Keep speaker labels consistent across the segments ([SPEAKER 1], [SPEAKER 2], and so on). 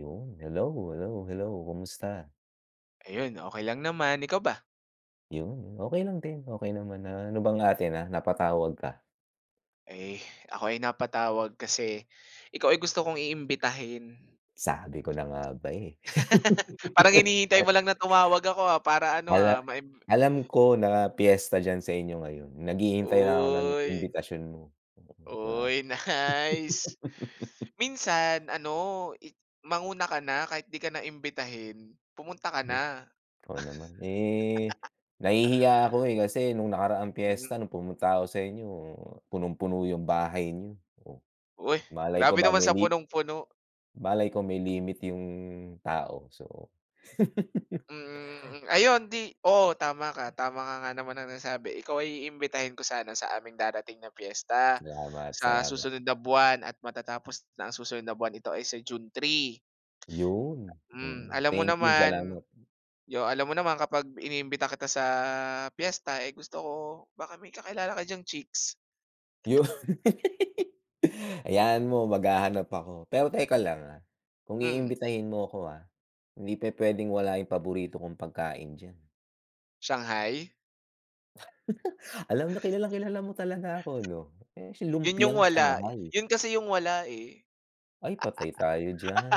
[SPEAKER 1] Yun, hello, hello, hello, kumusta?
[SPEAKER 2] Ayun, okay lang naman. Ikaw ba?
[SPEAKER 1] Yun, okay lang din, okey naman na ano bang atin, ah, napatawag ka?
[SPEAKER 2] Eh, ako ay napatawag kasi ikaw ay gusto kong iimbitahin.
[SPEAKER 1] Sabi ko na nga ba, eh.
[SPEAKER 2] Parang hinihintay mo lang na tumawag ako, para ano,
[SPEAKER 1] Ala Alam ko na piyesta diyan sa inyo ngayon, naghihintay lang ako ng
[SPEAKER 2] uy,
[SPEAKER 1] imbitasyon mo. Oo, 'di ba?
[SPEAKER 2] uy, nice. Minsan ano, manguna ka na kahit 'di ka na imbitahin, pumunta ka
[SPEAKER 1] Ay,
[SPEAKER 2] na.
[SPEAKER 1] ikaw naman. Eh, nahihiya ako, eh, kasi nung nakaraang
[SPEAKER 2] Hmm,
[SPEAKER 1] piyesta nung pumunta ako sa inyo, punong-puno yung bahay niyo. Oh,
[SPEAKER 2] uy,
[SPEAKER 1] malay ko
[SPEAKER 2] grabe
[SPEAKER 1] ba
[SPEAKER 2] naman
[SPEAKER 1] may
[SPEAKER 2] sa
[SPEAKER 1] li
[SPEAKER 2] punong-puno.
[SPEAKER 1] malay ko may limit yung tao. So,
[SPEAKER 2] Mm, ayun 'di oo, tama ka nga naman ng nasabi. Ikaw ay iimbitahin ko sana sa aming darating na piyesta
[SPEAKER 1] salamat,
[SPEAKER 2] sa
[SPEAKER 1] salamat.
[SPEAKER 2] susunod na buwan at matatapos na ang susunod na buwan, ito ay sa June 3.
[SPEAKER 1] Yun,
[SPEAKER 2] Hmm,
[SPEAKER 1] mm. Thank you, salamat.
[SPEAKER 2] alam mo naman kapag iniimbita kita sa piyesta, eh, gusto ko baka may kakilala ka diyang chicks,
[SPEAKER 1] Yun. Hayaan mo maghahanap ako. Pero teka lang, ah, kung
[SPEAKER 2] hmm,
[SPEAKER 1] iimbitahin mo ako, ah, hindi pupuwedeng wala yung paborito kong pagkain diyan.
[SPEAKER 2] Shanghai?
[SPEAKER 1] Alam na kilalang kilala mo talaga ako 'no? Eh, si
[SPEAKER 2] Yun yung
[SPEAKER 1] lumpiang
[SPEAKER 2] wala,
[SPEAKER 1] Shanghai.
[SPEAKER 2] yun kasi yung wala, eh.
[SPEAKER 1] Ay patay tayo diyan.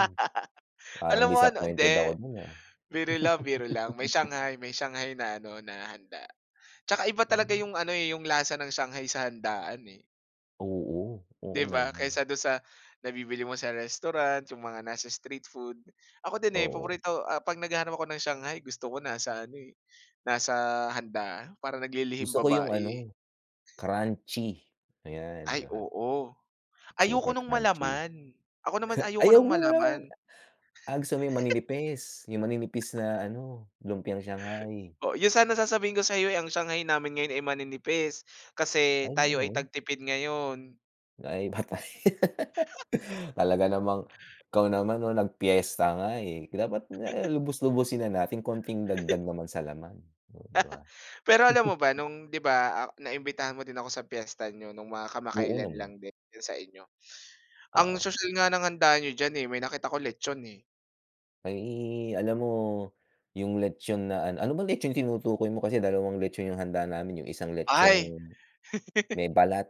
[SPEAKER 1] Parang
[SPEAKER 2] Alam mo ano
[SPEAKER 1] disappointed
[SPEAKER 2] hindi,
[SPEAKER 1] ako dun, ah.
[SPEAKER 2] biro lang, biro lang. May Shanghai na ano, na handa. Tsaka iba talaga yung ano, eh, yung lasa ng Shanghai sa handaan, eh,
[SPEAKER 1] Oo,
[SPEAKER 2] 'di
[SPEAKER 1] oo
[SPEAKER 2] ba?
[SPEAKER 1] naman,
[SPEAKER 2] Kaysa dun sa nabibili mo sa restaurant, yung mga nasa street food. Ako din, eh,
[SPEAKER 1] oo.
[SPEAKER 2] paborito, 'pag naghahanap ako ng Shanghai gusto ko nasa ano, eh, nasa handaan, para naglilihim
[SPEAKER 1] Gusto ko yung ano,
[SPEAKER 2] babae.
[SPEAKER 1] crunchy, ayan, 'di
[SPEAKER 2] Ay,
[SPEAKER 1] ba?
[SPEAKER 2] oo. Ayoko
[SPEAKER 1] Super
[SPEAKER 2] nung
[SPEAKER 1] crunchy.
[SPEAKER 2] malaman. Ako naman ayoko
[SPEAKER 1] Ay,
[SPEAKER 2] ng
[SPEAKER 1] huwag na wala.
[SPEAKER 2] malaman.
[SPEAKER 1] Ah, gusto mo yung maninipis na ano, lumpiang Shanghai.
[SPEAKER 2] Oo, yun sana sasabihin ko sa'yo, eh, ang Shanghai namin ngayon ay maninipis kasi
[SPEAKER 1] Ay
[SPEAKER 2] tayo ay
[SPEAKER 1] gano'n?
[SPEAKER 2] tagtipid ngayon.
[SPEAKER 1] Ay patay. Talaga namang ikaw naman 'no, nagpiyesta nga, eh. Dapat na lubos-lubusin na natin, konting dagdag naman sa laman, oh, 'di ba?
[SPEAKER 2] Pero alam mo ba nung 'di ba, naimbitahan mo din ako sa piyesta nyo nung mga
[SPEAKER 1] Oo
[SPEAKER 2] kamakailan lang
[SPEAKER 1] naman,
[SPEAKER 2] din diyan sa inyo. Ang
[SPEAKER 1] oo.
[SPEAKER 2] social nga ng handa niyo diyan, eh, may nakita ko lechon, eh.
[SPEAKER 1] Ay, alam mo yung lechon na ano ano bang lechon tinutukoy mo? Kasi dalawang lechon yung handa namin, yung isang lechong
[SPEAKER 2] Ay,
[SPEAKER 1] may balat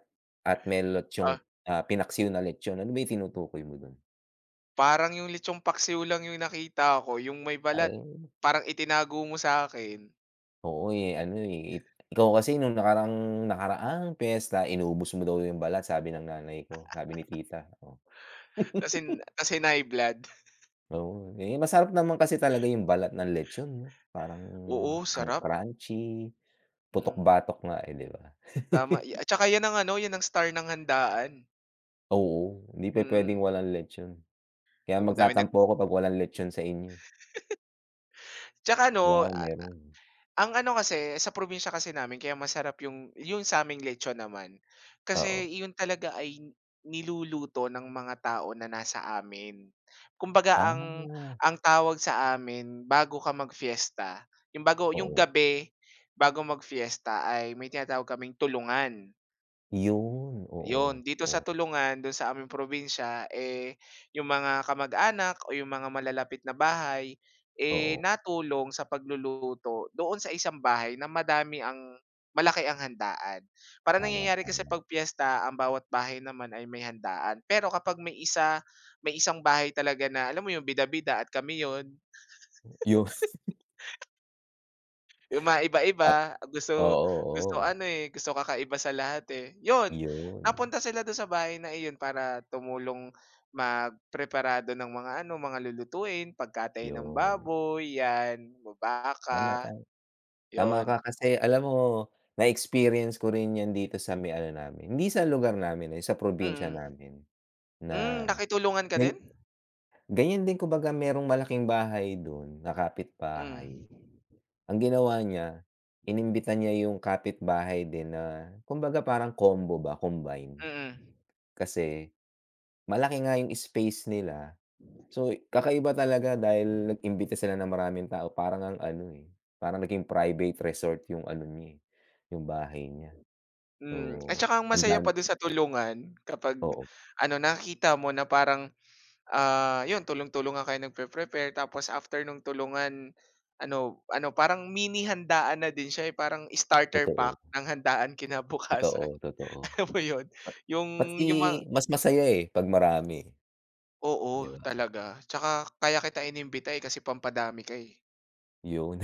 [SPEAKER 1] at may lechong,
[SPEAKER 2] ah,
[SPEAKER 1] ah, pinaksiw na lechon. Ano ba yung tinutukoy mo dun?
[SPEAKER 2] parang yung lechong paksiw lang yung nakita ko, yung may balat.
[SPEAKER 1] Ay,
[SPEAKER 2] Parang itinago mo sa'kin
[SPEAKER 1] oo, eh, ano, eh, ikaw kasi nung nakaraang nakaraang piyesta inubos mo daw yung balat sabi ng nanay ko, sabi ni tita, oh.
[SPEAKER 2] tas hinay.
[SPEAKER 1] Oo, eh, masarap naman kasi talaga yung balat ng lechon 'no, parang
[SPEAKER 2] Oo,
[SPEAKER 1] ang
[SPEAKER 2] sarap.
[SPEAKER 1] crunchy,
[SPEAKER 2] Mm,
[SPEAKER 1] putok-batok nga, eh, 'di ba?
[SPEAKER 2] tama. At saka 'yan ang ano, 'yan ang star ng handaan.
[SPEAKER 1] Oo, hindi
[SPEAKER 2] Mm,
[SPEAKER 1] pupuwedeng walang lechon, kaya
[SPEAKER 2] alam mo ang nag
[SPEAKER 1] magtatampo ako 'pag walang lechon sa inyo.
[SPEAKER 2] tsaka ano.
[SPEAKER 1] Kailangan meron,
[SPEAKER 2] Ang ano kasi, sa probinsya kasi namin kaya masarap yung sa'ming lechon naman, kasi
[SPEAKER 1] oo.
[SPEAKER 2] yun talaga ay niluluto ng mga tao na nasa amin. Kumbaga ang
[SPEAKER 1] Ah,
[SPEAKER 2] ang tawag sa amin bago ka magfiesta yung bago yung
[SPEAKER 1] oo,
[SPEAKER 2] gabi bago magfiesta ay may tinatawag kaming tulungan.
[SPEAKER 1] yun,
[SPEAKER 2] Yun,
[SPEAKER 1] oo,
[SPEAKER 2] dito sa
[SPEAKER 1] oo,
[SPEAKER 2] Tulungan, doon sa aming probinsya, eh, yung mga kamag-anak o yung mga malalapit na bahay, eh,
[SPEAKER 1] oo,
[SPEAKER 2] natulong sa pagluluto doon sa isang bahay na madami ang malaki ang handaan. Parang
[SPEAKER 1] tama,
[SPEAKER 2] nangyayari kasi
[SPEAKER 1] tama,
[SPEAKER 2] 'pag piyesta ang bawat bahay naman ay may handaan. Pero kapag may isa isang bahay talaga na alam mo yung bida-bida at kami yun.
[SPEAKER 1] yun,
[SPEAKER 2] Yung
[SPEAKER 1] ah,
[SPEAKER 2] maiba-iba, gusto
[SPEAKER 1] oo,
[SPEAKER 2] gusto
[SPEAKER 1] oo.
[SPEAKER 2] ano, eh, gusto kakaiba sa lahat, eh. 'Yun,
[SPEAKER 1] Yun,
[SPEAKER 2] napunta sila dun sa bahay na iyon para tumulong magpreparado ng mga ano, mga lulutuin, pagkatay ng
[SPEAKER 1] yun.
[SPEAKER 2] baboy, 'yan,
[SPEAKER 1] Tama,
[SPEAKER 2] baka,
[SPEAKER 1] tama. Tama ka
[SPEAKER 2] 'yun.
[SPEAKER 1] kasi alam mo, na-experience ko rin 'yan dito sa may ano namin, hindi sa lugar namin, eh, sa probinsya
[SPEAKER 2] Mm.
[SPEAKER 1] namin
[SPEAKER 2] Hmm,
[SPEAKER 1] na
[SPEAKER 2] nakitulungan ka
[SPEAKER 1] gan
[SPEAKER 2] din?
[SPEAKER 1] ganyan din kumbaga merong malaking bahay dun na kapitbahay.
[SPEAKER 2] Hmm.
[SPEAKER 1] Ang ginawa niya, inimbita niya yung kapitbahay din na kumbaga parang combo ba, combine.
[SPEAKER 2] Mm.
[SPEAKER 1] Kasi malaki nga yung space nila. So, kakaiba talaga dahil nag-imbita sila ng maraming tao para ngang ano, eh, parang naging private resort yung ano niya, eh, yung bahay niya. So,
[SPEAKER 2] Hmm, at saka ang
[SPEAKER 1] ang
[SPEAKER 2] masaya pa
[SPEAKER 1] dami,
[SPEAKER 2] dun sa tulungan kapag
[SPEAKER 1] oo,
[SPEAKER 2] ano, nakikita mo na parang Ah, 'yun tulong-tulungan kayo nagpe-prepare tapos after nung tulungan, ano ano parang mini handaan na din siya, eh, parang starter
[SPEAKER 1] totoo,
[SPEAKER 2] pack ng handaan
[SPEAKER 1] totoo,
[SPEAKER 2] kinabukasan,
[SPEAKER 1] totoo.
[SPEAKER 2] alam mo 'yun? Yung
[SPEAKER 1] Pati
[SPEAKER 2] yung mga
[SPEAKER 1] mas masaya, eh, 'pag marami,
[SPEAKER 2] oo,
[SPEAKER 1] 'di ba?
[SPEAKER 2] talaga. Tsaka kaya kita inimbita, eh, kasi pampadami ka, eh.
[SPEAKER 1] Yun.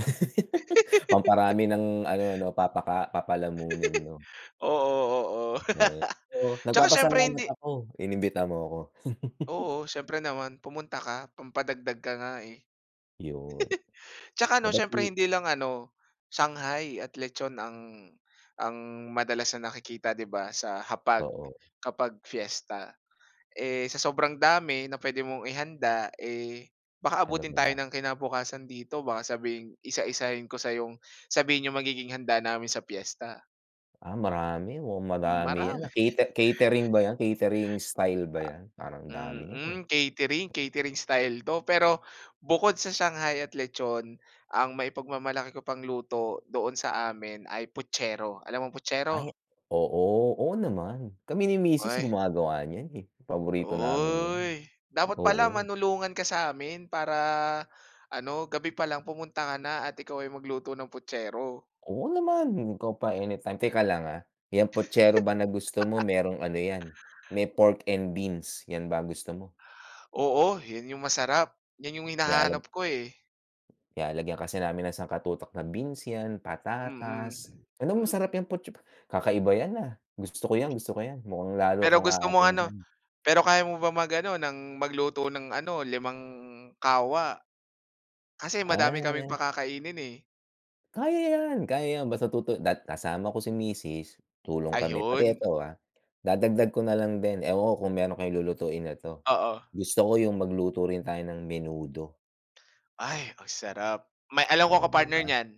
[SPEAKER 1] Pamparami ng ano 'no, papaka papalamunin 'no.
[SPEAKER 2] Oo, oo. Oo.
[SPEAKER 1] Ayan. So,
[SPEAKER 2] Tsaka siyempre
[SPEAKER 1] nagpapasalamat
[SPEAKER 2] hindi
[SPEAKER 1] ako inimbita mo ako,
[SPEAKER 2] oo, siyempre naman pumunta ka, pampadagdag ka nga, eh.
[SPEAKER 1] yun.
[SPEAKER 2] Tsaka ano
[SPEAKER 1] Eh, ba't di
[SPEAKER 2] siyempre hindi lang ano, shanghai at lechon ang madalas na nakikita 'di ba sa hapag
[SPEAKER 1] oo,
[SPEAKER 2] kapag fiesta. Eh, sa sobrang dami na pwede mong ihanda, eh, baka
[SPEAKER 1] ano pa
[SPEAKER 2] abutin tayo
[SPEAKER 1] ba?
[SPEAKER 2] ng kinabukasan dito baka sabihing isa-isahin ko sa yung sabihin yung magiging handa namin sa piyesta.
[SPEAKER 1] Ah, marami, mukhang madami 'yan,
[SPEAKER 2] Marami.
[SPEAKER 1] ah. Cate catering ba 'yan, catering style ba 'yan? Parang dami niyan, ah.
[SPEAKER 2] Catering style 'to. Pero bukod sa shanghai at lechon, ang maipagmamalaki ko pang luto doon sa amin ay putsero. Alam mo ang
[SPEAKER 1] Ay,
[SPEAKER 2] putsero?
[SPEAKER 1] oo, oo naman. Kami ni misis
[SPEAKER 2] Ay,
[SPEAKER 1] gumagawa niyan, eh. Paborito namin 'yan,
[SPEAKER 2] uy, dapat pala
[SPEAKER 1] oo.
[SPEAKER 2] manulungan ka sa'min para ano, gabi pa lang pumunta ka na at ikaw ay magluto ng putsero.
[SPEAKER 1] Oo naman, ikaw pa anytime. Teka lang, ah, 'yang pochero ba na gusto mo merong ano 'yan, may pork and beans, 'yan ba gusto mo?
[SPEAKER 2] Oo, 'yun 'yung masarap, 'yan 'yung
[SPEAKER 1] Nilalag
[SPEAKER 2] hinahanap ko, eh,
[SPEAKER 1] Nilalagyan kasi namin ng sangkatutak na beans 'yan,
[SPEAKER 2] mm,
[SPEAKER 1] patatas. Ano mo
[SPEAKER 2] mm.
[SPEAKER 1] masarap 'yang pochero? Kakaiba 'yan, ah. Gusto ko 'yan, gusto ko 'yan. Mukhang lalo
[SPEAKER 2] Pero
[SPEAKER 1] akong
[SPEAKER 2] gusto mo
[SPEAKER 1] aatin
[SPEAKER 2] ano
[SPEAKER 1] diyan.
[SPEAKER 2] pero kaya mo ba mag-ano ng magluto ng ano, limang kawa? Kasi madami kaming
[SPEAKER 1] Ah,
[SPEAKER 2] pakakainin, eh.
[SPEAKER 1] kaya yan basta tutu dat kasama ko si misis, tulong kami. Pati
[SPEAKER 2] Ayun,
[SPEAKER 1] ito, ah, dadagdag ko na lang din, ewan ko kung meron kayong lulutuin na 'to.
[SPEAKER 2] oo.
[SPEAKER 1] Gusto ko yung magluto rin tayo ng menudo,
[SPEAKER 2] Ay, ang sarap. May alam ko
[SPEAKER 1] oh,
[SPEAKER 2] ka
[SPEAKER 1] 'di
[SPEAKER 2] partner
[SPEAKER 1] ba?
[SPEAKER 2] niyan?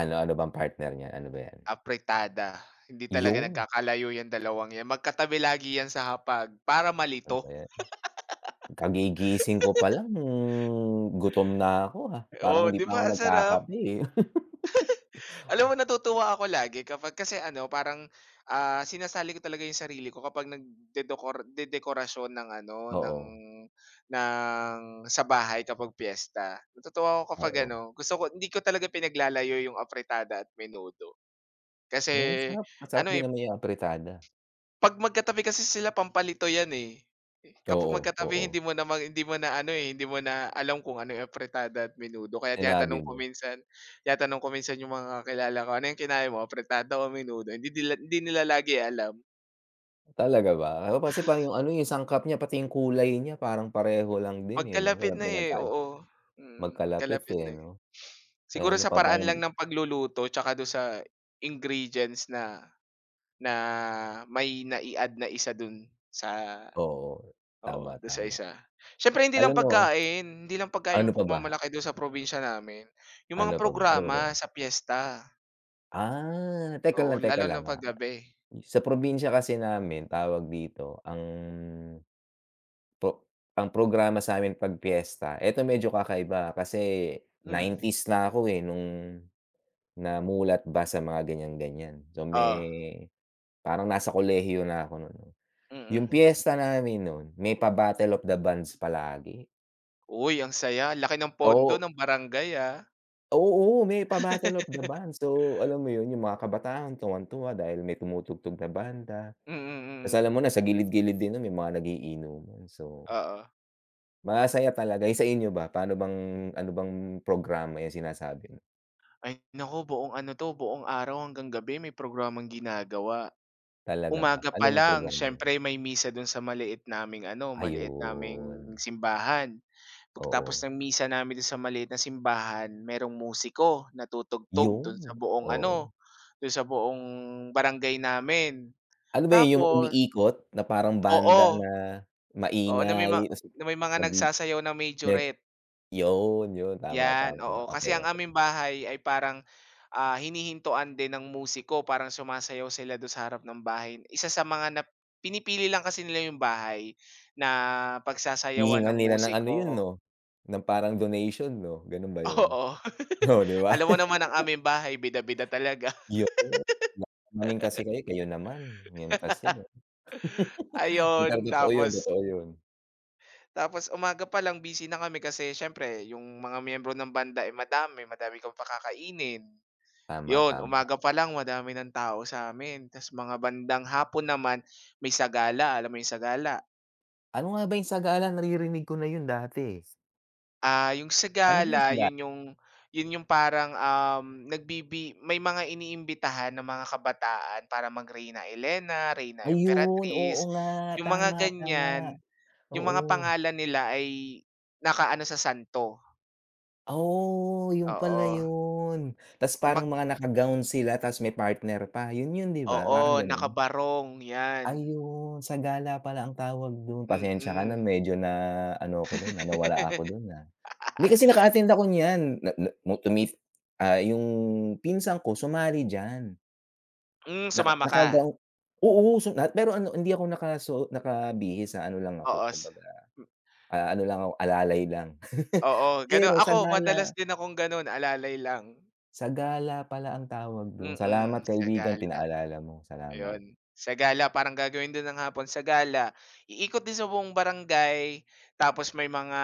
[SPEAKER 1] Ano ano bang partner niyan, ano ba yan?
[SPEAKER 2] Apretada, hindi talaga
[SPEAKER 1] Yun,
[SPEAKER 2] nagkakalayo 'yang dalawang 'yan, magkatabi lagi 'yan sa hapag para
[SPEAKER 1] ano
[SPEAKER 2] malito.
[SPEAKER 1] ba yan? Kagigising ko pa lang. Gutom na ako, ah, parang
[SPEAKER 2] Oo,
[SPEAKER 1] hindi
[SPEAKER 2] 'di
[SPEAKER 1] pa ako
[SPEAKER 2] ba ang sarap?
[SPEAKER 1] nagkakape, eh.
[SPEAKER 2] Alam mo natutuwa ako lagi kapag kasi ano parang, sinasali ko talaga 'yung sarili ko kapag dedekorasyon ng ano, ng
[SPEAKER 1] Oo,
[SPEAKER 2] ng sa bahay kapag piyesta. Natutuwa ako kapag
[SPEAKER 1] oo.
[SPEAKER 2] ano, gusto ko hindi ko talaga pinaglalayo 'yung apretada at menudo. Kasi
[SPEAKER 1] Uy, masarap, masarap
[SPEAKER 2] ano,
[SPEAKER 1] din
[SPEAKER 2] eh,
[SPEAKER 1] naman yung apritada.
[SPEAKER 2] 'pag magkatabi kasi sila pampalito 'yan, eh. Kapag
[SPEAKER 1] Oo,
[SPEAKER 2] magkatabi
[SPEAKER 1] oo,
[SPEAKER 2] hindi mo na ano, eh, hindi mo na alam kung ano yung apretada at menudo kaya
[SPEAKER 1] sinabi
[SPEAKER 2] tinatanong ko
[SPEAKER 1] mo.
[SPEAKER 2] minsan yung mga kakilala ko, "Ano yung kinain mo, apretada o menudo?" Hindi nila lagi alam.
[SPEAKER 1] Talaga ba? Oo, kasi parang yung ano, yung sangkap niya pati yung kulay niya parang pareho lang din, eh, 'no?
[SPEAKER 2] Magkalapit
[SPEAKER 1] Walang
[SPEAKER 2] na, eh,
[SPEAKER 1] pinagkaiba,
[SPEAKER 2] oo. Mm,
[SPEAKER 1] magkalapit,
[SPEAKER 2] magkalapit
[SPEAKER 1] eh,
[SPEAKER 2] na, eh.
[SPEAKER 1] 'no? Eh,
[SPEAKER 2] Siguro
[SPEAKER 1] ano
[SPEAKER 2] sa
[SPEAKER 1] pa bang
[SPEAKER 2] paraan lang ng pagluluto tsaka do'n sa ingredients na na may nai-add na isa dun sa
[SPEAKER 1] oo,
[SPEAKER 2] Oo,
[SPEAKER 1] tama,
[SPEAKER 2] do'n sa
[SPEAKER 1] tama.
[SPEAKER 2] isa. Siyempre
[SPEAKER 1] Alam mo,
[SPEAKER 2] hindi lang pagkain
[SPEAKER 1] ano
[SPEAKER 2] yung
[SPEAKER 1] pa ba?
[SPEAKER 2] pagmamalaki do'n sa probinsya namin. Yung mga
[SPEAKER 1] Ano pa ba? Ano pa ba
[SPEAKER 2] programa
[SPEAKER 1] 'yan?
[SPEAKER 2] sa piyesta,
[SPEAKER 1] Ah,
[SPEAKER 2] oo,
[SPEAKER 1] teka
[SPEAKER 2] lalo na
[SPEAKER 1] lang, ah.
[SPEAKER 2] 'pag gabi.
[SPEAKER 1] Sa probinsya kasi namin, tawag dito, pro ang programa sa'min 'pag piyesta, eto medyo kakaiba kasi
[SPEAKER 2] Hmm,
[SPEAKER 1] '90s na ako, eh, nung namulat ba sa mga ganyan-ganyan. So, may
[SPEAKER 2] oo,
[SPEAKER 1] parang nasa kolehiyo na ako nun. No. Yung
[SPEAKER 2] mm.
[SPEAKER 1] piyesta namin nun, may pa-Battle of the Bands palagi.
[SPEAKER 2] Uy, ang saya, laki ng pondo
[SPEAKER 1] Oo,
[SPEAKER 2] ng barangay, ah.
[SPEAKER 1] oo, may pa-Battle of the Bands. So, alam mo yun, yung mga kabataan tuwang-tuwa dahil may tumutugtog na banda.
[SPEAKER 2] Mm,
[SPEAKER 1] Ta's alam mo
[SPEAKER 2] mm.
[SPEAKER 1] na sa gilid-gilid din nun may mga nagiinuman. So,
[SPEAKER 2] Oo.
[SPEAKER 1] masaya talaga. Yung sa inyo ba, paano bang ano bang programa yung sinasabi mo?
[SPEAKER 2] Ay naku, buong ano 'to, buong araw hanggang gabi may programang ginagawa.
[SPEAKER 1] Talaga ba?
[SPEAKER 2] Umaga pa
[SPEAKER 1] Anong
[SPEAKER 2] lang
[SPEAKER 1] programa yun?
[SPEAKER 2] siyempre may misa don sa maliit naming ano, maliit
[SPEAKER 1] Ayun,
[SPEAKER 2] naming simbahan. Pagkatapos
[SPEAKER 1] oo.
[SPEAKER 2] ng misa namin dun sa maliit na simbahan, merong musiko na tutugtog don sa
[SPEAKER 1] Yun,
[SPEAKER 2] buong
[SPEAKER 1] oo.
[SPEAKER 2] ano, don sa buong barangay namin.
[SPEAKER 1] Ano ba yun, yung
[SPEAKER 2] Tapos
[SPEAKER 1] umiikot na parang banda
[SPEAKER 2] oo,
[SPEAKER 1] na
[SPEAKER 2] oo
[SPEAKER 1] maingay ta's
[SPEAKER 2] na may mga
[SPEAKER 1] magbi
[SPEAKER 2] nagsasayaw na
[SPEAKER 1] nag
[SPEAKER 2] majorette.
[SPEAKER 1] yun, yun, tama,
[SPEAKER 2] Yan,
[SPEAKER 1] tama,
[SPEAKER 2] oo.
[SPEAKER 1] okey,
[SPEAKER 2] Kasi ang
[SPEAKER 1] okey.
[SPEAKER 2] aming bahay ay parang, hinihintuan din ng musiko, parang sumasayaw sila dun sa harap ng bahay. Isa sa mga pinipili lang kasi nila yung bahay na pagsasayawan
[SPEAKER 1] Hihingan
[SPEAKER 2] ng
[SPEAKER 1] nila ng ano yun
[SPEAKER 2] musiko.
[SPEAKER 1] 'no, ng parang donation 'no, ganun ba yun?
[SPEAKER 2] Oo.
[SPEAKER 1] Oo, 'di ba?
[SPEAKER 2] Alam mo naman ang aming bahay bida-bida talaga.
[SPEAKER 1] Yun, yayamanin kasi kayo, kayo naman, yun kasi. Pero
[SPEAKER 2] Ayun,
[SPEAKER 1] totoo yun,
[SPEAKER 2] tapos
[SPEAKER 1] totoo yun.
[SPEAKER 2] tapos umaga pa lang busy na kami kasi siyempre yung mga miyembro ng banda, ay madami, madami kang pakakainin.
[SPEAKER 1] Tama,
[SPEAKER 2] Yun,
[SPEAKER 1] tama.
[SPEAKER 2] umaga pa lang madami ng tao sa'min ta's mga bandang hapon naman may sagala, alam mo yung sagala?
[SPEAKER 1] Ano nga ba yung sagala, naririnig ko na yun dati, eh.
[SPEAKER 2] Ah, yung
[SPEAKER 1] Ano ba yung
[SPEAKER 2] sagala yun
[SPEAKER 1] sagala?
[SPEAKER 2] yung yun yung parang, may mga iniimbitahan ng mga kabataan para mag Reyna Elena, Reyna
[SPEAKER 1] Ayun, oo
[SPEAKER 2] Emperatriz,
[SPEAKER 1] nga,
[SPEAKER 2] yung mga
[SPEAKER 1] tama, tama,
[SPEAKER 2] ganyan, yung
[SPEAKER 1] oo.
[SPEAKER 2] mga pangalan nila ay nakaano sa santo,
[SPEAKER 1] Oh, yun pala
[SPEAKER 2] oo.
[SPEAKER 1] yun. Ta's parang
[SPEAKER 2] Mag
[SPEAKER 1] mga naka-gown sila ta's may partner pa, yun yun, 'di ba?
[SPEAKER 2] oo,
[SPEAKER 1] Parang ganun?
[SPEAKER 2] nakabarong yan,
[SPEAKER 1] Ayun, sa gala pala ang tawag dun. Pasensya ka na
[SPEAKER 2] mm.
[SPEAKER 1] medyo na ano ako dun, na nawala ako dun, ah. Hindi kasi naka-attend ako niyan, na na mu tumi ah, yung pinsan ko sumali diyan.
[SPEAKER 2] Hmm, sumama ka?
[SPEAKER 1] Naka-gown, oo, su na pero ano, hindi ako nakasuot nakabihis, ah, ano lang ako
[SPEAKER 2] Oo,
[SPEAKER 1] kumbaga, ah, ano lang ako, alalay lang.
[SPEAKER 2] Oo, gano'n.
[SPEAKER 1] Pero sa
[SPEAKER 2] Ako madalas
[SPEAKER 1] gala,
[SPEAKER 2] din akong gano'n, alalay lang.
[SPEAKER 1] sa gala pala ang tawag dun. Salamat
[SPEAKER 2] Mm, sa
[SPEAKER 1] kaibigan
[SPEAKER 2] gala,
[SPEAKER 1] pinaalala mo, salamat.
[SPEAKER 2] ayun. Sa gala parang gagawin din ng hapon sa gala, iikot din sa buong barangay, tapos may mga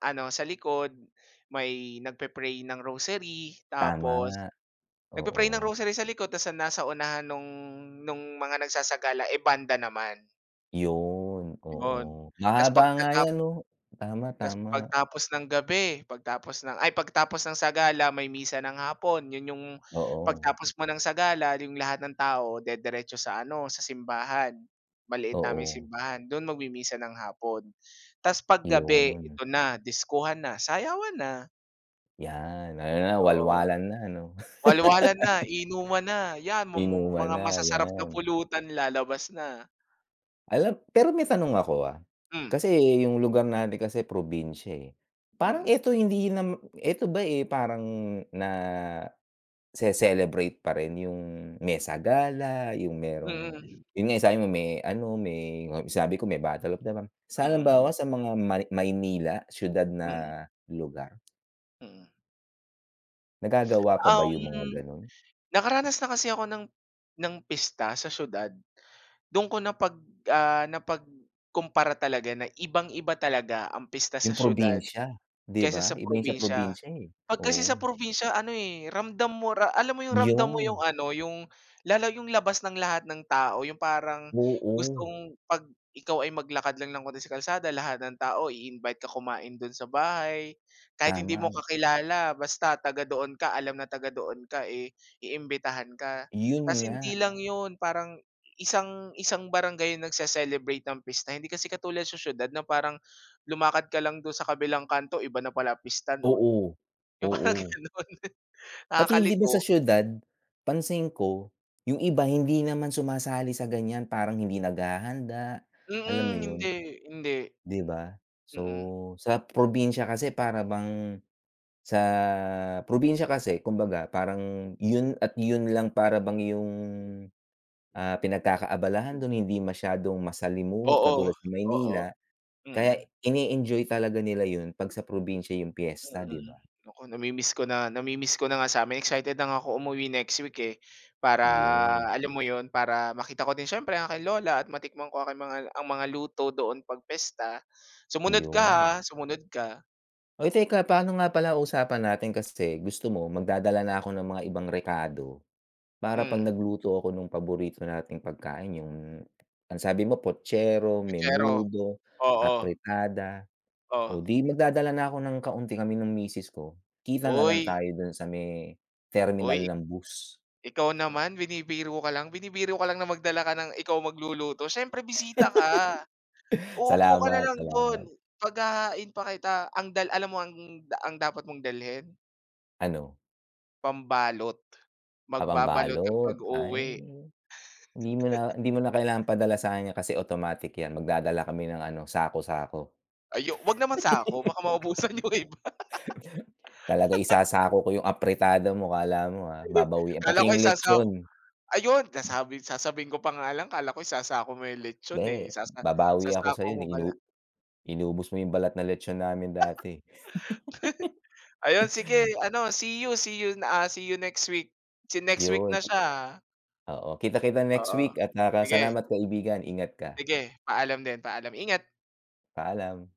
[SPEAKER 2] ano, sa likod may nagpe-pray ng rosary,
[SPEAKER 1] Tama,
[SPEAKER 2] tapos
[SPEAKER 1] oo.
[SPEAKER 2] nagpe-pray ng rosary sa likod ta's ang nasa unahan nung mga nagsasagala, eh, banda naman,
[SPEAKER 1] Yun, oo.
[SPEAKER 2] 'yun. Ta's
[SPEAKER 1] Mahaba nga yan
[SPEAKER 2] pagkatapos
[SPEAKER 1] 'no? Tama,
[SPEAKER 2] Tas
[SPEAKER 1] tama.
[SPEAKER 2] pagtapos ng gabi, pagtapos ng sagala may misa ng hapon. 'Yun yung
[SPEAKER 1] Oo,
[SPEAKER 2] pagtapos mo ng sagala yung lahat ng tao dederetso sa ano, sa simbahan. Maliit naming
[SPEAKER 1] oo,
[SPEAKER 2] simbahan, don magmimisa ng hapon. Tas paggabi
[SPEAKER 1] yun.
[SPEAKER 2] ito na, diskuhan na, sayawan na,
[SPEAKER 1] Yan, ano na
[SPEAKER 2] oo.
[SPEAKER 1] walwalan na 'no?
[SPEAKER 2] Walwalan na, inuman na, 'yan
[SPEAKER 1] Inuman
[SPEAKER 2] mga
[SPEAKER 1] na,
[SPEAKER 2] masasarap na
[SPEAKER 1] yan.
[SPEAKER 2] pulutan lalabas na.
[SPEAKER 1] Alam pero may tanong ako, ah.
[SPEAKER 2] Hmm,
[SPEAKER 1] Kasi yung lugar natin kasi probinsya, eh. Parang
[SPEAKER 2] mm.
[SPEAKER 1] eto hindi eto ba, eh, parang na se-celebrate pa rin yung mesa gala, yung merong
[SPEAKER 2] Mm,
[SPEAKER 1] yun nga yung sabi mo may ano, may sabi ko may battle of the band. Sa
[SPEAKER 2] mm, mm,
[SPEAKER 1] halimbawa sa mga Maynila, siyudad
[SPEAKER 2] mm.
[SPEAKER 1] na lugar,
[SPEAKER 2] Mm.
[SPEAKER 1] nagagawa pa ba yung mga
[SPEAKER 2] Um
[SPEAKER 1] gano'n?
[SPEAKER 2] Nakaranas na kasi ako ng pista sa siyudad. Do'n ko napagkumpara talaga na ibang-iba talaga ang pista sa
[SPEAKER 1] Yung
[SPEAKER 2] siyudad
[SPEAKER 1] probinsya, 'di
[SPEAKER 2] kaysa
[SPEAKER 1] ba?
[SPEAKER 2] sa
[SPEAKER 1] Iba yung sa
[SPEAKER 2] probinsya.
[SPEAKER 1] probinsya, eh,
[SPEAKER 2] 'Pag kasi
[SPEAKER 1] oo.
[SPEAKER 2] sa probinsya ano, eh, ramdam mo ra alam mo yung ramdam mo yung
[SPEAKER 1] Yun,
[SPEAKER 2] ano, yung lalo yung labas ng lahat ng tao, yung parang
[SPEAKER 1] oo,
[SPEAKER 2] gustong 'pag ikaw ay maglakad lang ng konti sa kalsada lahat ng tao i-invite ka kumain dun sa bahay. Kahit hindi mo
[SPEAKER 1] tama.
[SPEAKER 2] kakilala basta taga doon ka, alam na taga doon ka, eh, iimbitahan ka.
[SPEAKER 1] Yun
[SPEAKER 2] Tas
[SPEAKER 1] nga,
[SPEAKER 2] hindi lang yun, parang isang isang barangay yung nagse-celebrate ng pista, hindi kasi katulad sa siyudad na parang lumakad ka lang dun sa kabilang kanto iba na pala pista nun.
[SPEAKER 1] oo,
[SPEAKER 2] Yung parang
[SPEAKER 1] oo.
[SPEAKER 2] gano'n,
[SPEAKER 1] Pati hindi ba
[SPEAKER 2] nakakalito.
[SPEAKER 1] sa siyudad, pansin ko, yung iba hindi naman sumasali sa ganyan, parang hindi naghahanda, alam
[SPEAKER 2] Mm,
[SPEAKER 1] mo yun,
[SPEAKER 2] hindi, hindi,
[SPEAKER 1] 'di ba? So,
[SPEAKER 2] mm,
[SPEAKER 1] sa probinsya kasi para bang sa probinsya kasi kumbaga parang yun at yun lang para bang yung, ah, pinagkakaabalahan
[SPEAKER 2] hmm.
[SPEAKER 1] dun, hindi masyadong masalimuot
[SPEAKER 2] Oo,
[SPEAKER 1] katulad sa
[SPEAKER 2] oo,
[SPEAKER 1] Maynila,
[SPEAKER 2] mm,
[SPEAKER 1] kaya ini-enjoy talaga nila yun 'pag sa probinsya yung piyesta, 'di
[SPEAKER 2] mm.
[SPEAKER 1] ba?
[SPEAKER 2] Naku, nami-miss ko na nga sa'min. Excited na nga ako umuwi next week, eh, para
[SPEAKER 1] Yun,
[SPEAKER 2] alam mo 'yun, para makita ko din siyempre ang aking lola at matikman ko aking mga ang mga luto doon 'pag pista. Sumunod ka, ha,
[SPEAKER 1] yun.
[SPEAKER 2] sumunod ka.
[SPEAKER 1] Uy, teka paano nga pala usapan natin kasi gusto mo magdadala na ako ng mga ibang rekado para 'pag
[SPEAKER 2] Hmm,
[SPEAKER 1] nagluto ako nung paborito nating pagkain yung ang sabi mo putsero,
[SPEAKER 2] kutsero,
[SPEAKER 1] menudo,
[SPEAKER 2] oo,
[SPEAKER 1] apretada
[SPEAKER 2] oh.
[SPEAKER 1] o 'di magdadala na ako ng kaunti kami ng misis ko, kita na lang
[SPEAKER 2] Uy,
[SPEAKER 1] tayo dun sa may terminal
[SPEAKER 2] uy.
[SPEAKER 1] ng bus.
[SPEAKER 2] Ikaw naman binibiro ka lang na magdala ka ng ikaw magluluto, siyempre bisita ka. Uupo ka na
[SPEAKER 1] Salamat,
[SPEAKER 2] lang dun,
[SPEAKER 1] salamat.
[SPEAKER 2] paghahain pa kita. Ang alam mo ang dapat mong dalhin?
[SPEAKER 1] Ano,
[SPEAKER 2] Pambalot.
[SPEAKER 1] ah,
[SPEAKER 2] Magbabalot ka
[SPEAKER 1] pambalot, ay
[SPEAKER 2] pag-uwi.
[SPEAKER 1] hindi mo na kailangang padala sa kanya kasi automatic 'yan, magdadala kami ng ano, sako-sako.
[SPEAKER 2] Ayu wag naman sako baka maubusan yung iba.
[SPEAKER 1] Talaga isasako ko yung apritada mo akala mo, ah, babawian pati
[SPEAKER 2] Akala ko
[SPEAKER 1] yung
[SPEAKER 2] isasako
[SPEAKER 1] lechon,
[SPEAKER 2] ayun nasabi sasabihin ko pa nga lang akala ko isasako mo yung lechon, eh,
[SPEAKER 1] 'di babawi ako
[SPEAKER 2] sasako
[SPEAKER 1] sa'yo
[SPEAKER 2] mo pala.
[SPEAKER 1] inu inubos mo yung balat na lechon namin dati,
[SPEAKER 2] Ayun sige ano, see you see you, see you next week. Si next week na
[SPEAKER 1] yun.
[SPEAKER 2] siya, ah.
[SPEAKER 1] Oo, kita-kita next
[SPEAKER 2] Oo,
[SPEAKER 1] week at, ah,
[SPEAKER 2] sige.
[SPEAKER 1] salamat kaibigan, ingat ka,
[SPEAKER 2] Sige, paalam din, paalam. Ingat.
[SPEAKER 1] paalam.